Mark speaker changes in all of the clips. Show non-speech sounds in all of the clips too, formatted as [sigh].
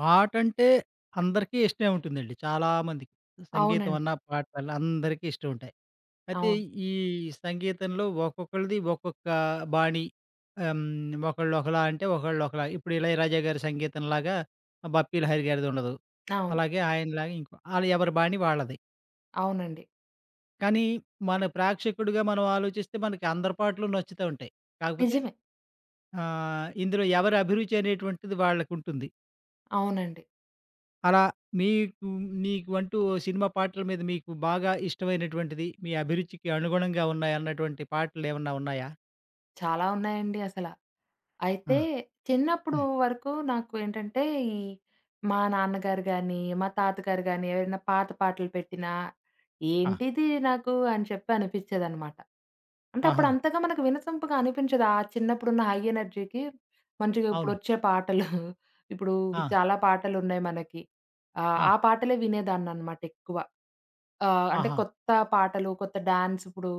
Speaker 1: పాటంటే అందరికీ ఇష్టమే ఉంటుందండి. చాలామందికి. సంగీతం
Speaker 2: అవునండి.
Speaker 1: అన్నా, పాటలన్నా అందరికీ ఇష్టం ఉంటాయి. అయితే
Speaker 2: అవును.
Speaker 1: ఈ సంగీతంలో ఒక్కొక్కళ్ళది ఒక్కొక్క బాణీ. ఆహ్, హ్మ్. ఒకళ్ళు ఒకలా అంటే ఒకళ్ళు ఒకలా. ఇప్పుడు 'ఇళయరాజా' గారి సంగీతంలాగా 'బప్పీల హరి' గారిదుండదు.
Speaker 2: అవును.
Speaker 1: అలాగే ఆయనలాగా ఇంకో ఆళ్ళు ఎవరి బాణీ వాళ్ళది.
Speaker 2: అవునండి.
Speaker 1: కానీ మన ప్రేక్షకుడిగా మనం ఆలోచిస్తే మనకి అందరి పాటలు నచ్చుతా ఉంటాయి. కాకపోతే
Speaker 2: నిజమే.
Speaker 1: ఇందులో ఎవరి అభిరుచి అనేటువంటిది వాళ్ళకుంటుంది.
Speaker 2: అవునండి.
Speaker 1: అలా మీకు నీకు అంటూ సినిమా పాటల మీద మీకు బాగా ఇష్టమైనటువంటిది, మీ అభిరుచికి అనుగుణంగా ఉన్నాయన్నటువంటి పాటలేమన్నా ఉన్నాయా?
Speaker 2: చాలా ఉన్నాయండి అసల.
Speaker 1: ఆ!
Speaker 2: అయితే చిన్నప్పుడు
Speaker 1: హ్మ్.
Speaker 2: వరకు నాకు ఏంటంటే, ఈ మా నాన్నగారు గాని, మా తాతగారు గాని ఎవరైనా పాత పాటలు పెట్టినా,
Speaker 1: ఆ!
Speaker 2: ఏంటిది నాకు అని చెప్పి అనిపిచ్చేదనమాట. అంటే అప్పుడు
Speaker 1: ఆహా!
Speaker 2: అంతగా మనకు వినసొంపుగా అనిపించదు. ఆ చిన్నప్పుడున్న హై ఎనర్జీకి మంచిగా
Speaker 1: అవును.
Speaker 2: ఇప్పుడొచ్చే పాటలు [laughs] ఇప్పుడు
Speaker 1: ఆ!
Speaker 2: చాలా పాటలున్నాయి మనకి.
Speaker 1: ఆ!
Speaker 2: ఆ పాటలే వినేదాన్ననమాట ఎక్కువ. అంటే
Speaker 1: ఆహా!
Speaker 2: కొత్త పాటలు, కొత్త డాన్స్ ఇప్పుడు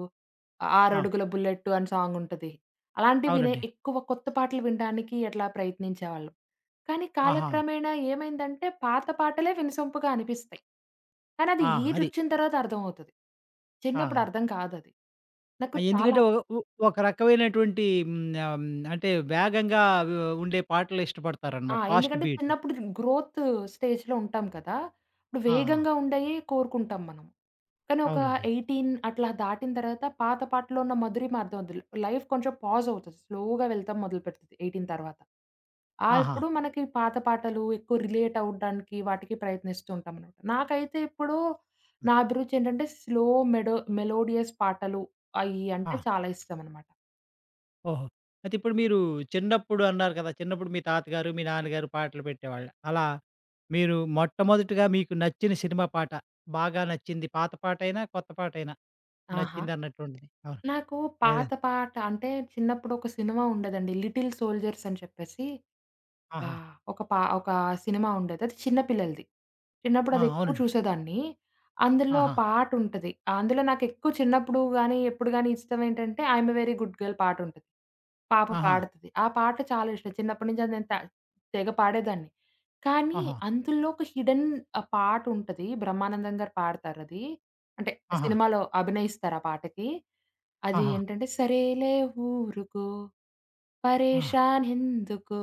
Speaker 1: ఆ!
Speaker 2: 'ఆరడుగుల బుల్లెట్టు' అని సాంగుంటది. అలాంటివి వినే
Speaker 1: అవునండి.
Speaker 2: ఎక్కువ కొత్త పాటలు వినడానికి అట్లా ప్రయత్నించేవాళ్ళం. కానీ
Speaker 1: ఆహా!
Speaker 2: కాలక్రమేణా ఏమైందంటే పాత పాటలే వినసొంపుగా అనిపిస్తాయి. కానీ అది
Speaker 1: ఆ! అది.
Speaker 2: ఏజొచ్చిన తర్వాత అర్థమవుతది.
Speaker 1: ఆ!
Speaker 2: చిన్నప్పుడు అర్థం కాదది. నాకు
Speaker 1: ఆ,
Speaker 2: చాలా.
Speaker 1: ఎందుకంటే ఒ ఒ ఒక రకమైనటువంటి అంటే వేగంగా వ్ ఉండే పాటలు
Speaker 2: ఆ!
Speaker 1: ఇష్టపడతారనమాట. ఫాస్ట్
Speaker 2: ఎందుకంటే
Speaker 1: బీట్.
Speaker 2: చిన్నప్పుడు గ్రోత్ స్టేజ్‌లో ఉంటాం కదా! ఇప్పుడు
Speaker 1: ఆ! ఆ!
Speaker 2: వేగంగా ఉండేయి కోరుకుంటాం మనం. కానీ ఒక
Speaker 1: అవునండి.
Speaker 2: 18 అట్లా దాటిన తర్వాత పాత పాటలో ఉన్న మధురిమ అర్థం అవుద్ది. లైఫ్ కొంచెం పాజ్ అవుతది. స్లోగా వెళ్తాం మొదలుపెడుతది 18 తర్వాత. ఆ!
Speaker 1: ఆహా!
Speaker 2: ఇప్పుడు మనకి పాత పాటలు ఎక్కువ రిలేట్ అవ్వడానికి వాటికి ప్రయత్నిస్తూ ఉంటాం అన్నమాట. నాకైతే ఇప్పుడు నా అభిరుచి ఏంటంటే స్లో మెలోడియస్ పాటలు అయి అంటే
Speaker 1: ఆ!
Speaker 2: చాలా ఇష్టం అన్నమాట.
Speaker 1: ఓహో! అయితే ఇప్పుడు మీరు చిన్నప్పుడు అన్నారు కదా! చిన్నప్పుడు మీ తాతగారు, మీ నాన్నగారు పాటలు పెట్టేవాళ్ళు. అలా మీరు మొట్టమొదటిగా మీకు నచ్చిన సినిమా పాట, బాగా నచ్చింది పాత పాటైనా, కొత్త పాటైనా
Speaker 2: ఆహా!
Speaker 1: నచ్చిందన్నటువంటిది. అవును.
Speaker 2: నాకు పాత
Speaker 1: ఏదండి?
Speaker 2: పాట అంటే చిన్నప్పుడు ఒక సినిమా ఉండేదండి. 'లిటిల్ సోల్జర్స్' అని చెప్పేసి, ఆ!
Speaker 1: ఆహా!
Speaker 2: ఒక సినిమా ఉండేది. అది చిన్న పిల్లలది. చిన్నప్పుడు
Speaker 1: ఆ!
Speaker 2: అది ఎక్కువ
Speaker 1: అవునండి.
Speaker 2: చూసేదాన్ని. అందులో
Speaker 1: ఆహా!
Speaker 2: పాటుంటది. అందులో నాకెక్కువ చిన్నప్పుడు గాని, ఎప్పుడు గాని ఇష్టం ఏంటంటే 'I'm a very good girl' పాటుంటది. పాప
Speaker 1: ఆహా!
Speaker 2: పాడుతది. ఆ పాట చాలా ఇష్టం. చిన్నప్పటి నుంచి అది నేను తెగ పాడేదాన్ని. కానీ
Speaker 1: ఆహా!
Speaker 2: అందులో ఒక హిడెన్ పాటుంటది. బ్రహ్మానందం గారు పాడతారది. అంటే
Speaker 1: ఆహా!
Speaker 2: సినిమాలో అభినయిస్తారు ఆ పాటకి. అది
Speaker 1: ఆహా!
Speaker 2: ఏంటంటే, సరేలే ఊరుకో,
Speaker 1: ఆ!
Speaker 2: పరేషాన్ ఎందుకు,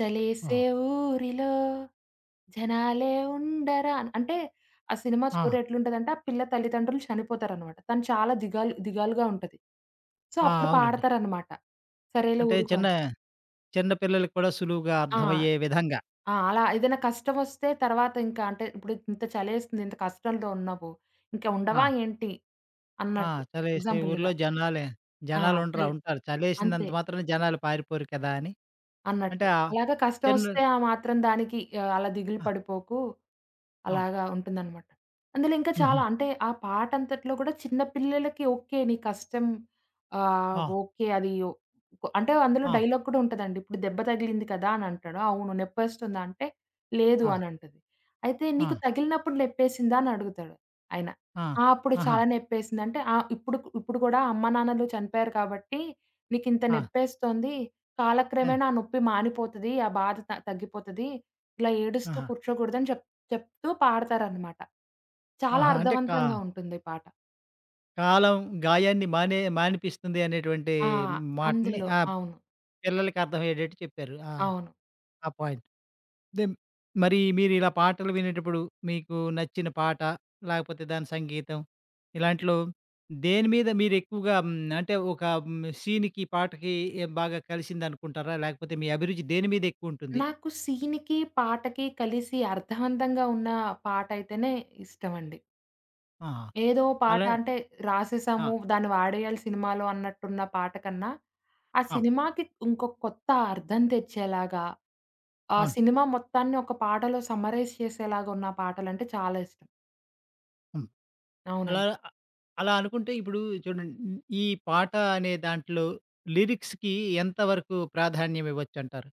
Speaker 2: చలేసే
Speaker 1: ఓహో!
Speaker 2: ఊరిలో జనాలే ఉండరా అని. అంటే ఆ సినిమా స్టోరీ
Speaker 1: ఆ!
Speaker 2: ఎట్లుంటదంటే ఆ పిల్ల తల్లిదండ్రులు చనిపోతారనమాట. తను చాలా దిగాలు దిగాలుగా ఉంటది. సో,
Speaker 1: ఆ!
Speaker 2: అప్పుడు
Speaker 1: అవునండి.
Speaker 2: పాడతారనమాట. సరేలే
Speaker 1: అంటే
Speaker 2: ఊరుకో
Speaker 1: చిన్న
Speaker 2: అని.
Speaker 1: చిన్న పిల్లలకి కూడా సులువుగా
Speaker 2: ఆ!
Speaker 1: అర్థమయ్యే విధంగా.
Speaker 2: ఆ! అలా ఏదైనా కష్టమొస్తే తర్వాత ఇంకా అంటే ఇప్పుడు ఇంత చలేస్తుంది, ఇంత కష్టంలో ఉన్నావు. ఇంక
Speaker 1: ఆ!
Speaker 2: ఉండవా ఏంటి
Speaker 1: ఆ!
Speaker 2: అన్నట్టు
Speaker 1: చలేసే ఊర్లో
Speaker 2: ఎగ్జాంపుల్‌గా. ఆ!
Speaker 1: జనాలుండరా,
Speaker 2: చలి
Speaker 1: ఉంటారు. ఉంటారు,
Speaker 2: అంతే.
Speaker 1: చలేసిందంత మాత్రాన జనాలు పారిపోరు కదా అని. అంటే
Speaker 2: అన్నట్టు. అలాగా
Speaker 1: చిన్న
Speaker 2: కష్టమొస్తే ఆ మాత్రం దానికి అలా దిగులు
Speaker 1: ఆ!
Speaker 2: పడిపోకు.
Speaker 1: ఆ!
Speaker 2: అలాగా ఉంటుందనమాట. అందులో ఇంకా
Speaker 1: హుహు.
Speaker 2: చాలా అంటే ఆ పాటంతట్లో కూడా చిన్న పిల్లలకి ఓకే. నీ కష్టం
Speaker 1: ఆ!
Speaker 2: ఓకే. అది ఓ అంటే అందులో
Speaker 1: ఆ!
Speaker 2: డైలాగ్ కూడా ఉంటదండి. ఇప్పుడు దెబ్బ తగిలింది కదా! అని అంటాడు. అవును. నొప్పేస్తుందా? అంటే లేదు
Speaker 1: ఆ!
Speaker 2: అని అంటది. అయితే
Speaker 1: ఆ!
Speaker 2: నీకు తగిలినప్పుడు నొప్పేసిందా? అని అడుగుతాడు ఆయన.
Speaker 1: ఆ!
Speaker 2: ఆ! అప్పుడు
Speaker 1: ఆహా!
Speaker 2: చాలా నొప్పేసింది అంటే ఆ! ఇప్పుడు ఇప్పుడు కూడా అమ్మానాన్నలు చనిపోయారు కాబట్టి నీకింత
Speaker 1: ఆ!
Speaker 2: నొప్పేస్తోంది.
Speaker 1: ఎన్
Speaker 2: కాలక్రమేణా ఆ నొప్పి మానిపోతది. ఆ బాధ తగ్గిపోతది. ఇలా ఏడుస్తూ
Speaker 1: ఆహా!
Speaker 2: కూర్చోకూడదని చెప్తాడు. చెప్తూ పాడతారనమాట. చాలా
Speaker 1: ఆహా! అంటే
Speaker 2: అర్థవంతంగా ఉంటుంది పాట.
Speaker 1: కాలం గాయాన్ని మానిపిస్తుంది అనేటువంటి
Speaker 2: ఆ!
Speaker 1: మాటని
Speaker 2: అందులో
Speaker 1: ఆ
Speaker 2: అవును.
Speaker 1: పిల్లలకి అర్థమయ్యేటట్టు చెప్పారు. ఆ!
Speaker 2: అవును.
Speaker 1: ఆ పాయింట్. దెన్ మరి మీరిలా పాటలు వినేటప్పుడు మీకు నచ్చిన పాట, లేకపోతే దాని సంగీతం ఇలాంటిలో దేని మీద మీరెక్కువగా అంటే ఒక సీన్‌కి, పాటకి బాగా కలిసిందనుకుంటారా? లేకపోతే మీ అభిరుచి దేని మీద ఎక్కువుంటుంది?
Speaker 2: నాకు సీన్‌కి, పాటకి కలిసి అర్థవంతంగా ఉన్న పాటైతేనే ఇష్టమండి.
Speaker 1: ఆహా!
Speaker 2: ఏదో పాట
Speaker 1: అలా
Speaker 2: అంటే
Speaker 1: ఆ!
Speaker 2: రాసేసాము, దాన్ని వాడేయాలి సినిమాలో అన్నట్టున్న పాట కన్నా, ఆ
Speaker 1: ఆ!
Speaker 2: సినిమాకి ఇంకో కొత్త అర్థం తెచ్చేలాగా, ఆ
Speaker 1: అవును.
Speaker 2: సినిమా మొత్తాన్ని ఒక పాటలో సమ్మరైజ్ చేసేలాగా ఉన్న పాటలంటే చాలా ఇష్టం.
Speaker 1: హ్మ్. అలా
Speaker 2: అవునండి.
Speaker 1: అ అలా అనుకుంటే ఇప్పుడు చూడండి, ఈ పాట అనే దాంట్లో లిరిక్స్‌కి ఎంత వరకు ప్రాధాన్యం ఇవ్వొచ్చంటారు?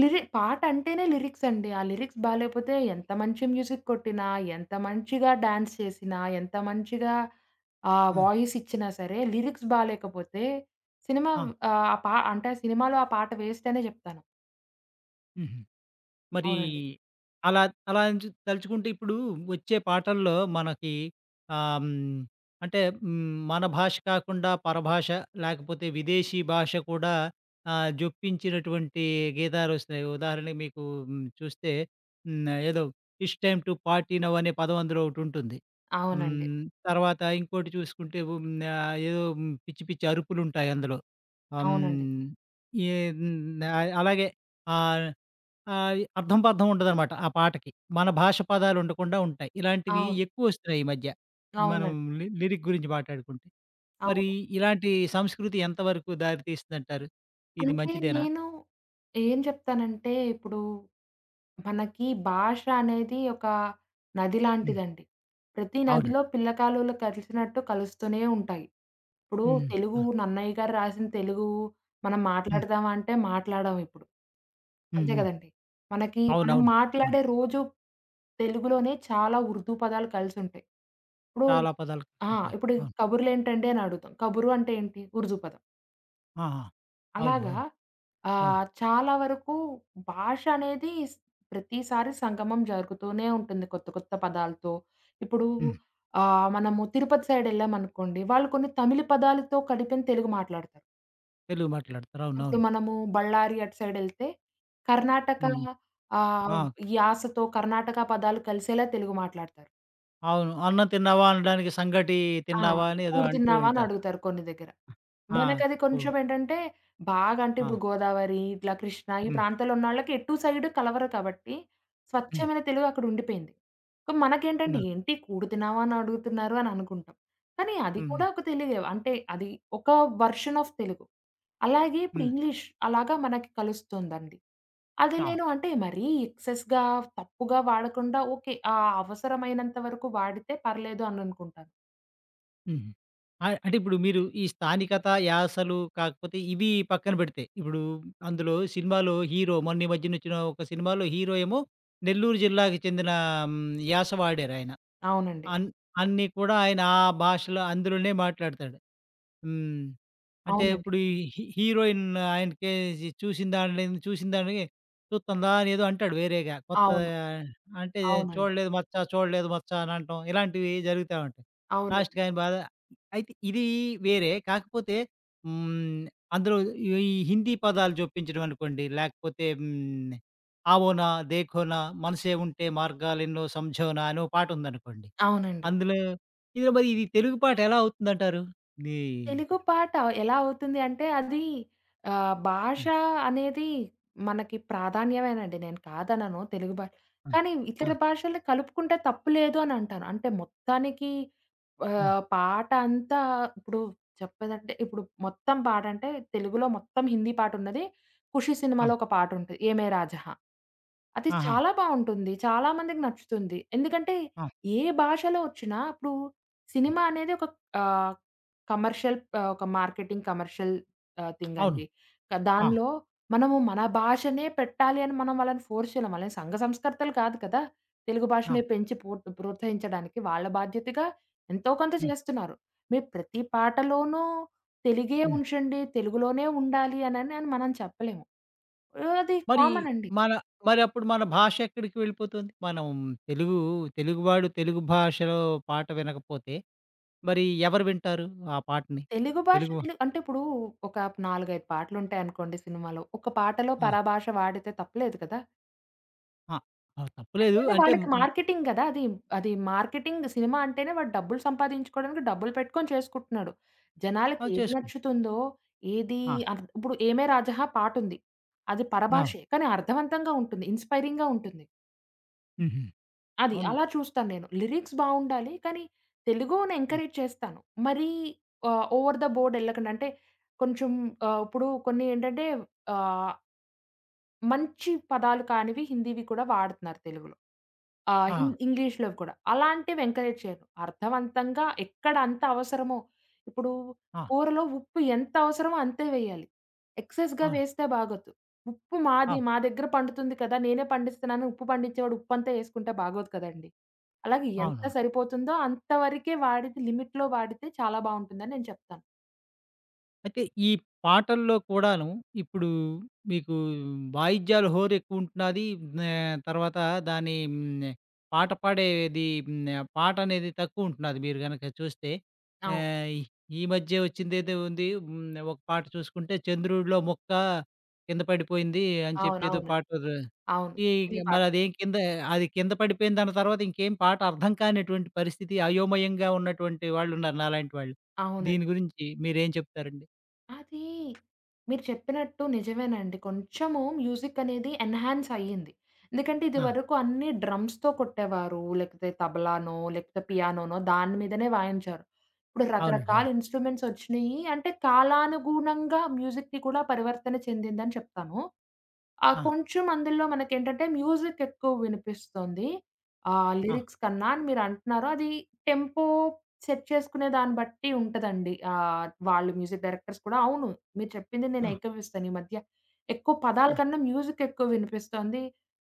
Speaker 2: పాటంటేనే లిరిక్సండి. ఆ లిరిక్స్ బాలేపోతే ఎంత మంచి మ్యూజిక్ కొట్టినా, ఎంత మంచిగా డాన్స్ చేసినా, ఎంత మంచిగా
Speaker 1: ఆ!
Speaker 2: వాయిసిచ్చినా సరే, లిరిక్స్ బాలేకపోతే సినిమా
Speaker 1: ఆ!
Speaker 2: ఆహ్, ఆ పా అంటే ఆ సినిమాలో ఆ పాట వేస్టనే జెప్తాను.
Speaker 1: హుహు. మరీ
Speaker 2: అవునండి.
Speaker 1: అలా అలా అని తలుచుకుంటే ఇప్పుడు వచ్చే పాటల్లో మనకి ఆహ్, హ్మ్, అంటే మన భాష కాకుండా పరభాష లేకపోతే విదేశీ భాష కూడా జొప్పించినటువంటి గీతాలొస్తున్నాయి. ఉదాహరణకి మీకు చూస్తే ఏదో 'it's time to party now' అనే పదం అందులో ఒకటుంటుంది.
Speaker 2: అవునండి.
Speaker 1: హ్మ్, తర్వాత ఇంకోటి చూసుకుంటే ఏదో పిచ్చి పిచ్చి అరుపులుంటాయి అందులో. హ్మ్,
Speaker 2: అవునండి.
Speaker 1: ఏ హ్మ్, ఆహ్, అలాగే ఆహ్ ఆహ్, అర్థం పర్థం ఉండదనమాట ఆ పాటకి. మన భాష పదాలు ఉండకుండా ఉంటాయి. ఇలాంటివి
Speaker 2: అవును.
Speaker 1: ఎక్కువొస్తున్నాయి ఈ మధ్య. మనం
Speaker 2: అవునండి.
Speaker 1: లిరిక్ గురించి మాట్లాడుకుంటే, మరి
Speaker 2: అవును.
Speaker 1: ఇలాంటి సంస్కృతి ఎంతవరకు దారి తీస్తుందంటారు? ఇది
Speaker 2: అంటే
Speaker 1: మంచిదేనా?
Speaker 2: నేను ఏం జెప్తానంటే, ఇప్పుడు మనకి భాష అనేది ఒక నది
Speaker 1: హ్మ్.
Speaker 2: లాంటిదండి. ప్రతి నదిలో
Speaker 1: అవునండి.
Speaker 2: పిల్లకాలువలు కలిసినట్టు కలుస్తూనే ఉంటాయి. ఇప్పుడు
Speaker 1: హ్మ్.
Speaker 2: తెలుగు
Speaker 1: ఆ!
Speaker 2: నన్నయ్య గారు రాసిన తెలుగు మనం
Speaker 1: హ్మ్.
Speaker 2: మాట్లాడదామా అంటే మాట్లాడం ఇప్పుడు.
Speaker 1: హ్మ్.
Speaker 2: అంతే
Speaker 1: హ్మ్.
Speaker 2: కదండీ. మనకి మనం
Speaker 1: అవునవును. అవును. అవును.
Speaker 2: మాట్లాడే రోజు తెలుగులోనే చాలా ఉర్దూ పదాలు కలిసుంటాయి. ఇప్పుడు
Speaker 1: చాలా పదాలు
Speaker 2: ఆ!
Speaker 1: కలిసుంటాయి.
Speaker 2: ఇప్పుడు
Speaker 1: అవును.
Speaker 2: కబుర్లేంటండి అని అడుగుతాం. కబురు అంటే ఏంటి? ఉర్దూ పదం.
Speaker 1: ఆహా! అవును.
Speaker 2: అలాగా
Speaker 1: అవును. అవును.
Speaker 2: చాలా వరకు భాష అనేది స్ ప్రతిసారి సంగమం జరుగుతూనే ఉంటుంది కొత్త కొత్త పదాలతో. ఇప్పుడు
Speaker 1: హ్మ్.
Speaker 2: మనము తిరుపతి సైడ్ ఎళ్ళామనుకోండి, వాళ్ళు కొన్ని తమిళ్ పదాలతో కలిపిన తెలుగు మాట్లాడతారు.
Speaker 1: తెలుగు మాట్లాడతారు.
Speaker 2: ఇప్పుడు
Speaker 1: అవునవును.
Speaker 2: మనము బళ్ళారి అటు సైడ్ ఎళ్తే కర్ణాటక
Speaker 1: హ్మ్.
Speaker 2: ఆహ్,
Speaker 1: ఆ!
Speaker 2: యాసతో కర్ణాటక పదాలు కలిసేలా తెలుగు మాట్లాడతారు.
Speaker 1: అవును. అన్నం తిన్నావా అనడానికి సంగటి
Speaker 2: ఆ!
Speaker 1: తిన్నావా అని ఏదో
Speaker 2: "కూడు
Speaker 1: అంటూ
Speaker 2: తిన్నావా?" అని
Speaker 1: ఉంటారు.
Speaker 2: అడుగుతారు కొన్ని దగ్గర.
Speaker 1: ఆ!
Speaker 2: మనకది
Speaker 1: ఓహ్!
Speaker 2: కొంచెం ఏంటంటే, బాగా అంటే
Speaker 1: ఆ!
Speaker 2: ఇప్పుడు గోదావరి, ఇట్లా కృష్ణా ఈ
Speaker 1: హ్మ్.
Speaker 2: ప్రాంతాల్లో ఉన్నోళ్ళకి ఎటు సైడు కలవరు కాబట్టి,
Speaker 1: హ్మ్.
Speaker 2: స్వచ్ఛమైన తెలుగు అక్కడ ఉండిపోయింది. సో, మనకేంటంటే
Speaker 1: హ్మ్.
Speaker 2: ఏంటి కూడు తినావా అని అడుగుతున్నారు అని అనుకుంటాం. కానీ అది
Speaker 1: హ్మ్.
Speaker 2: కూడా ఒక తెలుగే. అంటే అది ఒక వర్షన్ ఆఫ్ తెలుగు. అలాగే ఇప్పుడు
Speaker 1: హ్మ్.
Speaker 2: ఇంగ్లీష్ అలాగా మనకి కలుస్తుందండి. అది
Speaker 1: ఆ!
Speaker 2: నేను అంటే మరీ ఎక్సెస్‌గా, తప్పుగా వాడకుండా ఓకే. ఆ అవసరమైనంత వరకు వాడితే పర్లేదు అని అనుకుంటాను.
Speaker 1: హుహు. అంటే ఇప్పుడు మీరు ఈ స్థానికత, యాసలు కాకపోతే ఇవి పక్కన పెడితే, ఇప్పుడు అందులో సినిమాలో హీరో మొన్న ఈ మధ్యనొచ్చిన ఒక సినిమాలో హీరో ఏమో నెల్లూరు జిల్లాకి చెందిన హ్మ్, యాస వాడారాయన.
Speaker 2: అవునండి.
Speaker 1: అన్ అన్నీ కూడా ఆయన ఆ భాషలో అందులోనే మాట్లాడతాడు. హ్మ్. అంటే
Speaker 2: అవునండి.
Speaker 1: ఇప్పుడు ఈ హీరోయిన్ ఆయనకే జి చూసిన దానిని చూసిన దానికి చూత్తందా అని ఏదో అంటాడు వేరేగా.
Speaker 2: అవును.
Speaker 1: అంటే
Speaker 2: అవునండి.
Speaker 1: చూడలేదు మచ్చా, చూడలేదు మచ్చా అని అంటం. ఇలాంటివి జరుగుతా ఉంటాయి.
Speaker 2: అవునండి.
Speaker 1: లాస్ట్‌కి ఆయన బాధ అయితే ఇది వేరే. కాకపోతే హ్మ్. అందులో ఈ ఈ హిందీ పదాలు జొప్పించడం అనుకోండి. లేకపోతే ఆవోనా, దేఖోనా, మనసే ఉంటే మార్గాలెన్నో సంఝోనా అని ఓ పాటుందనుకోండి.
Speaker 2: అవునండి.
Speaker 1: అందులో ఇది తెలుగు పాట ఎలా అవుతుందంటారు? ఇది
Speaker 2: తెలుగు పాట ఎలా అవుతుంది అంటే అది భాష
Speaker 1: హ్మ్.
Speaker 2: అనేది మనకి ప్రాధాన్యమేనండి. నేను కాదనను తెలుగు భాష.
Speaker 1: ఆ!
Speaker 2: కానీ
Speaker 1: ఆ!
Speaker 2: ఇతర భాషల్ని కలుపుకుంటే తప్పు లేదు అని అంటాను. అంటే మొత్తానికి
Speaker 1: ఆ!
Speaker 2: పాట అంతా ఇప్పుడు చెప్పేదంటే ఇప్పుడు మొత్తం పాట అంటే తెలుగులో మొత్తం హిందీ పాటున్నది. 'ఖుషి'
Speaker 1: ఆ!
Speaker 2: సినిమాలో ఒక పాటుంటది 'ఏ మే రాజహా'. అది
Speaker 1: ఆహా!
Speaker 2: చాలా బావుంటుంది. చాలా మందికి నచ్చుతుంది. ఎందుకంటే
Speaker 1: ఆ!
Speaker 2: ఏ భాషలో వచ్చినా ఇప్పుడు సినిమా అనేది ఒక ఆహ్, కమర్షియల్ ఒక మార్కెటింగ్ కమర్షియల్ థింగ్
Speaker 1: అవును.
Speaker 2: అండి.
Speaker 1: ఆ!
Speaker 2: దానిలో మనము మన భాషనే పెట్టాలి అని మనం వాళ్ళని ఫోర్స్ చేయలేం. వాళ్ళని సంఘ సంస్కర్తలు కాదు కదా! తెలుగు భాషని
Speaker 1: ఆ!
Speaker 2: పెంచి పో ప్రోత్సహించడానికి వాళ్ళ బాధ్యతగా ఎంతో కొంత
Speaker 1: హ్మ్.
Speaker 2: చేస్తున్నారు. మీరు ప్రతి పాటలోనూ తెలుగే
Speaker 1: హ్మ్.
Speaker 2: ఉంచండి, తెలుగులోనే ఉండాలి అని మనం చెప్పలేము. అది
Speaker 1: మరి
Speaker 2: కామన్ అండి.
Speaker 1: మన మరప్పుడు మన భాష ఎక్కడికి వెళ్ళిపోతుంది? మనం తెలుగు తెలుగువాడు తెలుగు భాషలో పాట వినకపోతే మరి ఎవరు వింటారు ఆ పాటని?
Speaker 2: తెలుగు భాష
Speaker 1: తెలుగు
Speaker 2: తెలు అంటే ఇప్పుడు ఒక 4, 5 పాటలుంటాయనుకోండి సినిమాలో. ఒక పాటలో
Speaker 1: ఆ!
Speaker 2: పరభాష వాడితే తప్పులేదు కదా!
Speaker 1: ఆ! ఆ! తప్పులేదు.
Speaker 2: ఎందుకంటే
Speaker 1: అంటే
Speaker 2: వాళ్ళకి
Speaker 1: హ్మ్.
Speaker 2: మార్కెటింగ్ గదా! అది. అది మార్కెటింగ్ సినిమా అంటేనే వాడు డబ్బులు సంపాదించుకోవడానికి డబ్బులు పెట్టుకొని చేసుకుంటున్నాడు. జనాలకి
Speaker 1: ఆ!
Speaker 2: ఏది
Speaker 1: చేసుకోండి.
Speaker 2: నచ్చుతుందో, ఏది
Speaker 1: ఆ!
Speaker 2: అర్ ఇప్పుడు 'ఏమే రాజహా' పాటుంది. అది
Speaker 1: అవును.
Speaker 2: పరభాషే కానీ అర్థవంతంగా ఉంటుంది. ఇన్‌స్పైరింగ్‌గా ఉంటుంది.
Speaker 1: హుహు.
Speaker 2: అది.
Speaker 1: అవును.
Speaker 2: అలా చూస్తాను నేను. లిరిక్స్ బావుండాలి. కానీ తెలుగుని
Speaker 1: హ్మ్.
Speaker 2: ఎంకరేజ్ చేస్తాను. మరీ ఓవర్ ద బోర్డ్ ఎళ్ళకండి. అంటే కొంచెం ఇప్పుడు కొన్ని ఏంటంటే ఆహ్ మంచి పదాలు కానివి హిందీవి కూడా వాడుతున్నారు తెలుగులో. ఆహ్,
Speaker 1: ఆహా!
Speaker 2: హిన్ ఇంగ్లీష్‌లోవి కూడా. అలాంటివి ఎంకరేజ్ చేయను. అర్థవంతంగా ఎక్కడ అంత అవసరమో, ఇప్పుడు
Speaker 1: ఆ!
Speaker 2: కూరలో ఉప్పు ఎంత అవసరమో అంతే వేయాలి. ఎక్సెస్‌గా
Speaker 1: అవును.
Speaker 2: వేస్తే బాగోదు. ఉప్పు
Speaker 1: ఆ!
Speaker 2: మాది, మా దగ్గర పండుతుంది కదా! నేనే పండిస్తున్నాను, ఉప్పు పండించేవాడు ఉప్పంతా యేసుకుంటే బాగోదు కదండీ! అలాగే ఎంత
Speaker 1: అవును.
Speaker 2: సరిపోతుందో అంతవరకే వాడితే లిమిట్‌లో వాడితే చాలా బావుంటుందని నేను చెప్తాను.
Speaker 1: అయితే ఈ పాటల్లో కూడాను ఇప్పుడు మీకు వాయిద్యాల హోరెక్కువుంటున్నాది. తర్వాత దాని పాట పాడేది పాటనేది తక్కువుంటున్నాది మీరు గనక చూస్తే.
Speaker 2: అవును.
Speaker 1: ఆహ్, ఈ ఈ మధ్య వచ్చిందేదో ఉంది. ఒక పాట చూసుకుంటే 'చంద్రుడిలో మొక్క కింద పడిపోయింది' అని చెప్పి
Speaker 2: అవును.
Speaker 1: ఏదో
Speaker 2: అవునండి.
Speaker 1: పాట
Speaker 2: అవును.
Speaker 1: ఈ
Speaker 2: చికిరి
Speaker 1: మరదేం
Speaker 2: పాటొచ్చింది.
Speaker 1: కింద, అది కింద పడిపోయింది దాని తర్వాత ఇంకేం పాట అర్థం కానటువంటి పరిస్థితి, అయోమయంగా ఉన్నటువంటి వాళ్ళున్నారు నాలాంటి వాళ్ళు.
Speaker 2: అవునండి.
Speaker 1: దీని గురించి మీరేం చెప్తారండి?
Speaker 2: అది మీరు చెప్పినట్టు నిజమేనండి. కొంచెము మ్యూజిక్ అనేది ఎన్‌హాన్స్ అయ్యింది. ఎందుకంటే
Speaker 1: ఆ!
Speaker 2: ఇదివరకు అన్నీ డ్రమ్స్‌తో కొట్టేవారు. లేకపోతే తబలానో, లేకపోతే పియానోనో దాని మీదనే వాయించారు. ఇప్పుడు
Speaker 1: అవునండి.
Speaker 2: రకరకాల
Speaker 1: అవును.
Speaker 2: ఇన్‌స్ట్రుమెంట్స్ ఒచ్చినియి. అంటే కాలానుగుణంగా మ్యూజిక్‌కి కూడా పరివర్తన చెందిందని చెప్తాను. ఆ!
Speaker 1: ఆ!
Speaker 2: కొంచెం అందులో మనకేంటంటే మ్యూజిక్ ఎక్కువ వినిపిస్తుంది.
Speaker 1: ఆ!
Speaker 2: లిరిక్స్ కన్నా అని మీరంటున్నారు. అది టెంపో సెట్ చేసుకునే దాన్ని బట్టి ఉంటదండి. వాళ్ళు మ్యూజిక్ డైరెక్టర్స్ కూడా అవును. మీరు చెప్పింది నేను
Speaker 1: ఆ!
Speaker 2: ఏకీవిస్తాను. ఈ మధ్య ఎక్కువ పదాల
Speaker 1: ఆ! ఆ!
Speaker 2: కన్నా మ్యూజిక్ ఎక్కువ వినిపిస్తోంది.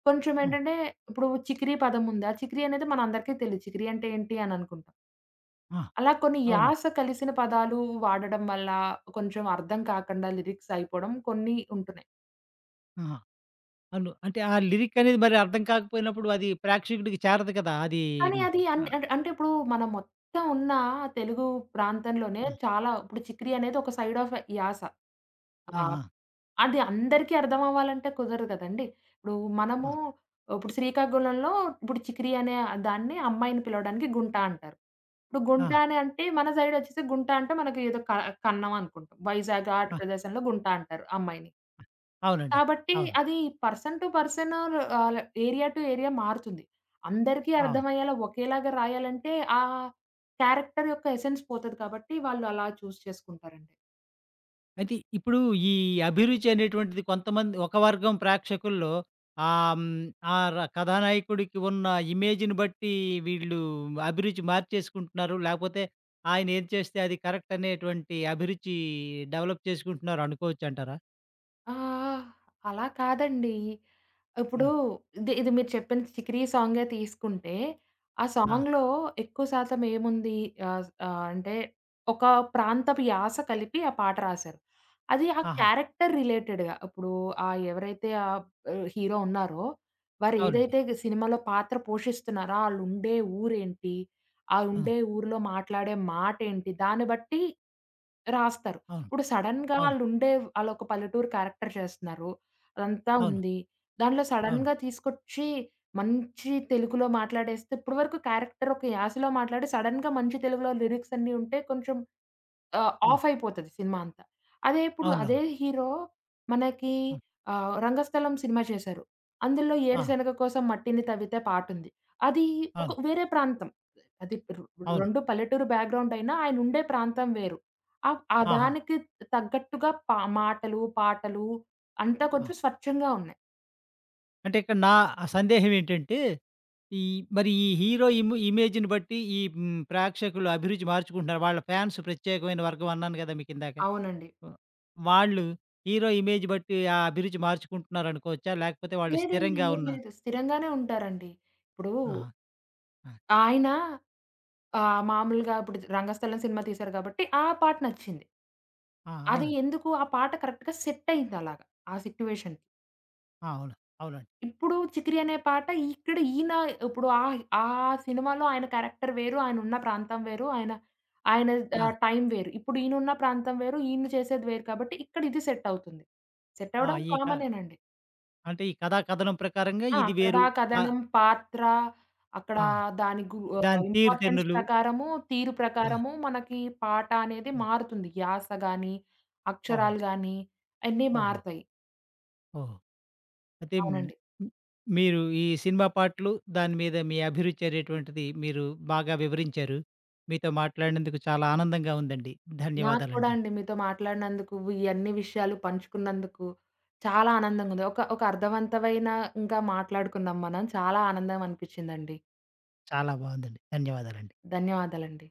Speaker 2: కొంచెం ఏంటంటే ఇప్పుడు 'చికిరి' పదం ఉంది. ఆ 'చికిరి' అనేది మనందరికీ తెలీదు. 'చికిరి' అంటే ఏంటి అని అనుకుంటాం.
Speaker 1: ఆ!
Speaker 2: అలా కొన్ని
Speaker 1: అవును.
Speaker 2: యాస కలిసిన పదాలు వాడడం వల్ల కొంచెం అర్థం కాకుండా లిరిక్స్ అయిపోవడం కొన్ని ఉంటున్నాయి.
Speaker 1: ఆహా! అవును. అంటే ఆ లిరిక్ అనేది మరి అర్థం కాకపోయినప్పుడు అది ప్రేక్షకుడికి చేరదు కదా! అది
Speaker 2: కానీ
Speaker 1: హ్మ్.
Speaker 2: అది అన్
Speaker 1: ఆ!
Speaker 2: అంటే అంటే ఇప్పుడు మన మొత్తం ఉన్న తెలుగు ప్రాంతంలోనే చాలా ఇప్పుడు 'చిక్రీ' అనేది ఒక సైడ్ ఆఫ్ యాస. ఆ!
Speaker 1: ఆ! ఆ!
Speaker 2: అది అందరికీ అర్థం అవ్వాలంటే కుదరదు కదండీ. ఇప్పుడు
Speaker 1: ఆ!
Speaker 2: మనము ఇప్పుడు శ్రీకాకుళంలో ఇప్పుడు 'చిక్రీ' అనే దాన్ని అమ్మాయిని పిలవడానికి 'గుంట' అంటారు. ఇప్పుడు
Speaker 1: ఆ!
Speaker 2: 'గుంట' అని అంటే మన సైడ్ వచ్చేసి 'గుంట' అంటే మనకి ఏదో క కన్నం అనుకుంటాం. వైజాగ్ అటు
Speaker 1: ఆ!
Speaker 2: ప్రదేశంలో 'గుంట' అంటారు అమ్మాయిని.
Speaker 1: అవునండి.
Speaker 2: కాబట్టి
Speaker 1: అవును.
Speaker 2: అది పర్సన్ టు పర్సన్ ఆహ్, ఏరియా టు ఏరియా మారుతుంది. అందరికీ
Speaker 1: ఆ!
Speaker 2: అర్థమయ్యేలా ఒకేలాగా రాయాలంటే ఆ క్యారెక్టర్ యొక్క ఎసెన్స్ పోతది కాబట్టి వాళ్ళు అలా చూజ్ చేసుకుంటారండి.
Speaker 1: అయితే ఇప్పుడు ఈ అభిరుచి అనేటువంటిది కొంతమంది ఒక వర్గం ప్రేక్షకుల్లో ఆహ్, హ్మ్, ఆ ర కథానాయకుడికి ఉన్న ఇమేజ్‌ని బట్టి వీళ్ళు అభిరుచి మార్చేసుకుంటున్నారు. లేకపోతే ఆయన ఏది చేస్తే అది కరెక్ట్ అనేటువంటి అభిరుచి డెవలప్ చేసుకుంటున్నారు అనుకోవచ్చంటారా?
Speaker 2: ఆ! అలా కాదండి. ఇప్పుడు
Speaker 1: హ్మ్.
Speaker 2: ఇది ఇది మీరు చెప్పిన 'చికిరి' సాంగే తీసుకుంటే, ఆ
Speaker 1: ఆ!
Speaker 2: సాంగ్‌లో ఎక్కువ శాతం ఏముంది ఆహ్, ఆహ్, అంటే ఒక ప్రాంతపు యాస కలిపి ఆ పాట రాశారు. అది ఆ
Speaker 1: ఆహా!
Speaker 2: క్యారెక్టర్ రిలేటెడ్‌గా ఇప్పుడు ఆ ఎవరైతే హీరో ఉన్నారో, వారు
Speaker 1: అవునండి.
Speaker 2: ఏదైతే సినిమాలో పాత్ర పోషిస్తున్నారో ఆళ్ళుండే ఊరేంటి? ఆ
Speaker 1: ఆ!
Speaker 2: ఉండే ఊరిలో మాట్లాడే మాటేంటి? దాన్ని బట్టి రాస్తారు.
Speaker 1: అవును.
Speaker 2: ఇప్పుడు సడెన్‌గా
Speaker 1: అవును.
Speaker 2: ఆళ్ళుండే ఆళ్ళొక పల్లెటూరు క్యారెక్టర్ చేస్తున్నారు. అదంతా
Speaker 1: అవును.
Speaker 2: ఉంది. దాంట్లో
Speaker 1: అవును.
Speaker 2: సడెన్‌గా తీసుకొచ్చి మంచి తెలుగులో మాట్లాడేస్తే ఇప్పటి వరకు క్యారెక్టర్ ఒక యాసలో మాట్లాడి సడెన్‌గా మంచి తెలుగులో లిరిక్స్ అన్నీ ఉంటే కొంచెం
Speaker 1: హ్మ్.
Speaker 2: ఆఫ్ అయిపోతది సినిమా అంతా. అదే
Speaker 1: అవునవును.
Speaker 2: హీరో మనకి
Speaker 1: హ్మ్.
Speaker 2: 'రంగస్థలం' సినిమా చేశారు. అందులో
Speaker 1: ఆ!
Speaker 2: 'ఏరుశనగ కోసం మట్టిని తవ్వితే' పాటుంది. అది ఒక
Speaker 1: అవును.
Speaker 2: వేరే ప్రాంతం. అది రు
Speaker 1: అవును.
Speaker 2: 2 పల్లెటూరు బ్యాక్‌గ్రౌండ్ అయినా ఆయనుండే ప్రాంతం వేరు. ఆ
Speaker 1: ఆహా!
Speaker 2: దానికి తగ్గట్టుగా మాటలు, పాటలు అంతా
Speaker 1: ఆ!
Speaker 2: కొంచెం స్వచ్ఛంగా ఉన్నాయి.
Speaker 1: అంటే ఇక్కడ నా సందేహం ఏంటంటే, ఈ ఈ హీరో ఇమేజ్‌ని బట్టి ఈ ప్రేక్షకులు అభిరుచి మార్చుకుంటున్నారు. వాళ్ళ ఫ్యాన్స్ ప్రత్యేకమైన వర్గం అన్నాను కదా మీకిందాక.
Speaker 2: అవునండి.
Speaker 1: ఆహ్, వాళ్ళు హీరో ఇమేజ్ బట్టి ఆ అభిరుచి మార్చుకుంటున్నారనుకోవచ్చా? లేకపోతే వాళ్ళు
Speaker 2: లేదండి.
Speaker 1: స్థిరంగా ఉన్నారు?
Speaker 2: లేదు, స్థిరంగానే ఉంటారండి. ఇప్పుడు
Speaker 1: ఆహా! ఆ!
Speaker 2: ఆయన మామూలుగా ఇప్పుడు 'రంగస్థలం' సినిమా తీశారు కాబట్టి ఆ పాట నచ్చింది.
Speaker 1: ఆ!
Speaker 2: అది
Speaker 1: అవునండి.
Speaker 2: ఎందుకు ఆ పాట కరెక్ట్‌గా సెట్ అయిందలాగా. ఆ సిట్యుయేషన్‌కి.
Speaker 1: ఆ! అవును. అవునండి.
Speaker 2: ఇప్పుడు 'చికిరి' అనే పాట ఇక్కడ ఈయన ఇప్పుడు ఆ ఆ సినిమాలో ఆయన క్యారెక్టర్ వేరు, ఆయనున్న ప్రాంతం వేరు, ఆయన ఆయన
Speaker 1: ఆ!
Speaker 2: టైం వేరు. ఇప్పుడు ఈయనున్న ప్రాంతం వేరు, ఈయన చేసేది వేరు కాబట్టి ఇక్కడ ఇది సెట్ అవుతుంది. సెట్
Speaker 1: ఆ!
Speaker 2: అవ్వడం
Speaker 1: ఈ క
Speaker 2: కామనేనండి.
Speaker 1: అంటే ఈ కథా కథనం ప్రకారంగా
Speaker 2: ఆ!
Speaker 1: ఇది
Speaker 2: కథ,
Speaker 1: వేరు. ఆ!
Speaker 2: కథనం, పాత్ర అక్కడ
Speaker 1: ఆ! దాని
Speaker 2: ఇంపార్టెన్స్
Speaker 1: తీరుతెన్నులు.
Speaker 2: ప్రకారము, తీరు
Speaker 1: ఆ!
Speaker 2: ప్రకారము మనకి పాట అనేది
Speaker 1: హ్మ్.
Speaker 2: మారుతుంది. యాస గాని,
Speaker 1: ఓహో!
Speaker 2: అక్షరాలు గాని అన్నీ
Speaker 1: ఓహో!
Speaker 2: మారతాయి.
Speaker 1: ఓహో! అయితే హ్మ్,
Speaker 2: అవునండి.
Speaker 1: హ్మ్, మీరు ఈ సినిమా పాటలు, దాని మీద మీ అభిరుచి అనేటువంటిది మీరు బాగా వివరించారు. మీతో మాట్లాడినందుకు చాలా ఆనందంగా ఉందండి.
Speaker 2: నాకు కూడా
Speaker 1: ధన్యవాదాలండి.
Speaker 2: అండి. మీతో మాట్లాడినందుకు, ఇయన్నీ విషయాలు పంచుకున్నందుకు చాలా ఆనందంగా ఉంది. ఒక ఒక అర్థవంతమైన ఇంకా మాట్లాడుకున్నాం మనం. చాలా ఆనందం అనిపిచ్చిందండి.
Speaker 1: చాలా బాగుందండి. ధన్యవాదాలండి.
Speaker 2: ధన్యవాదాలండి.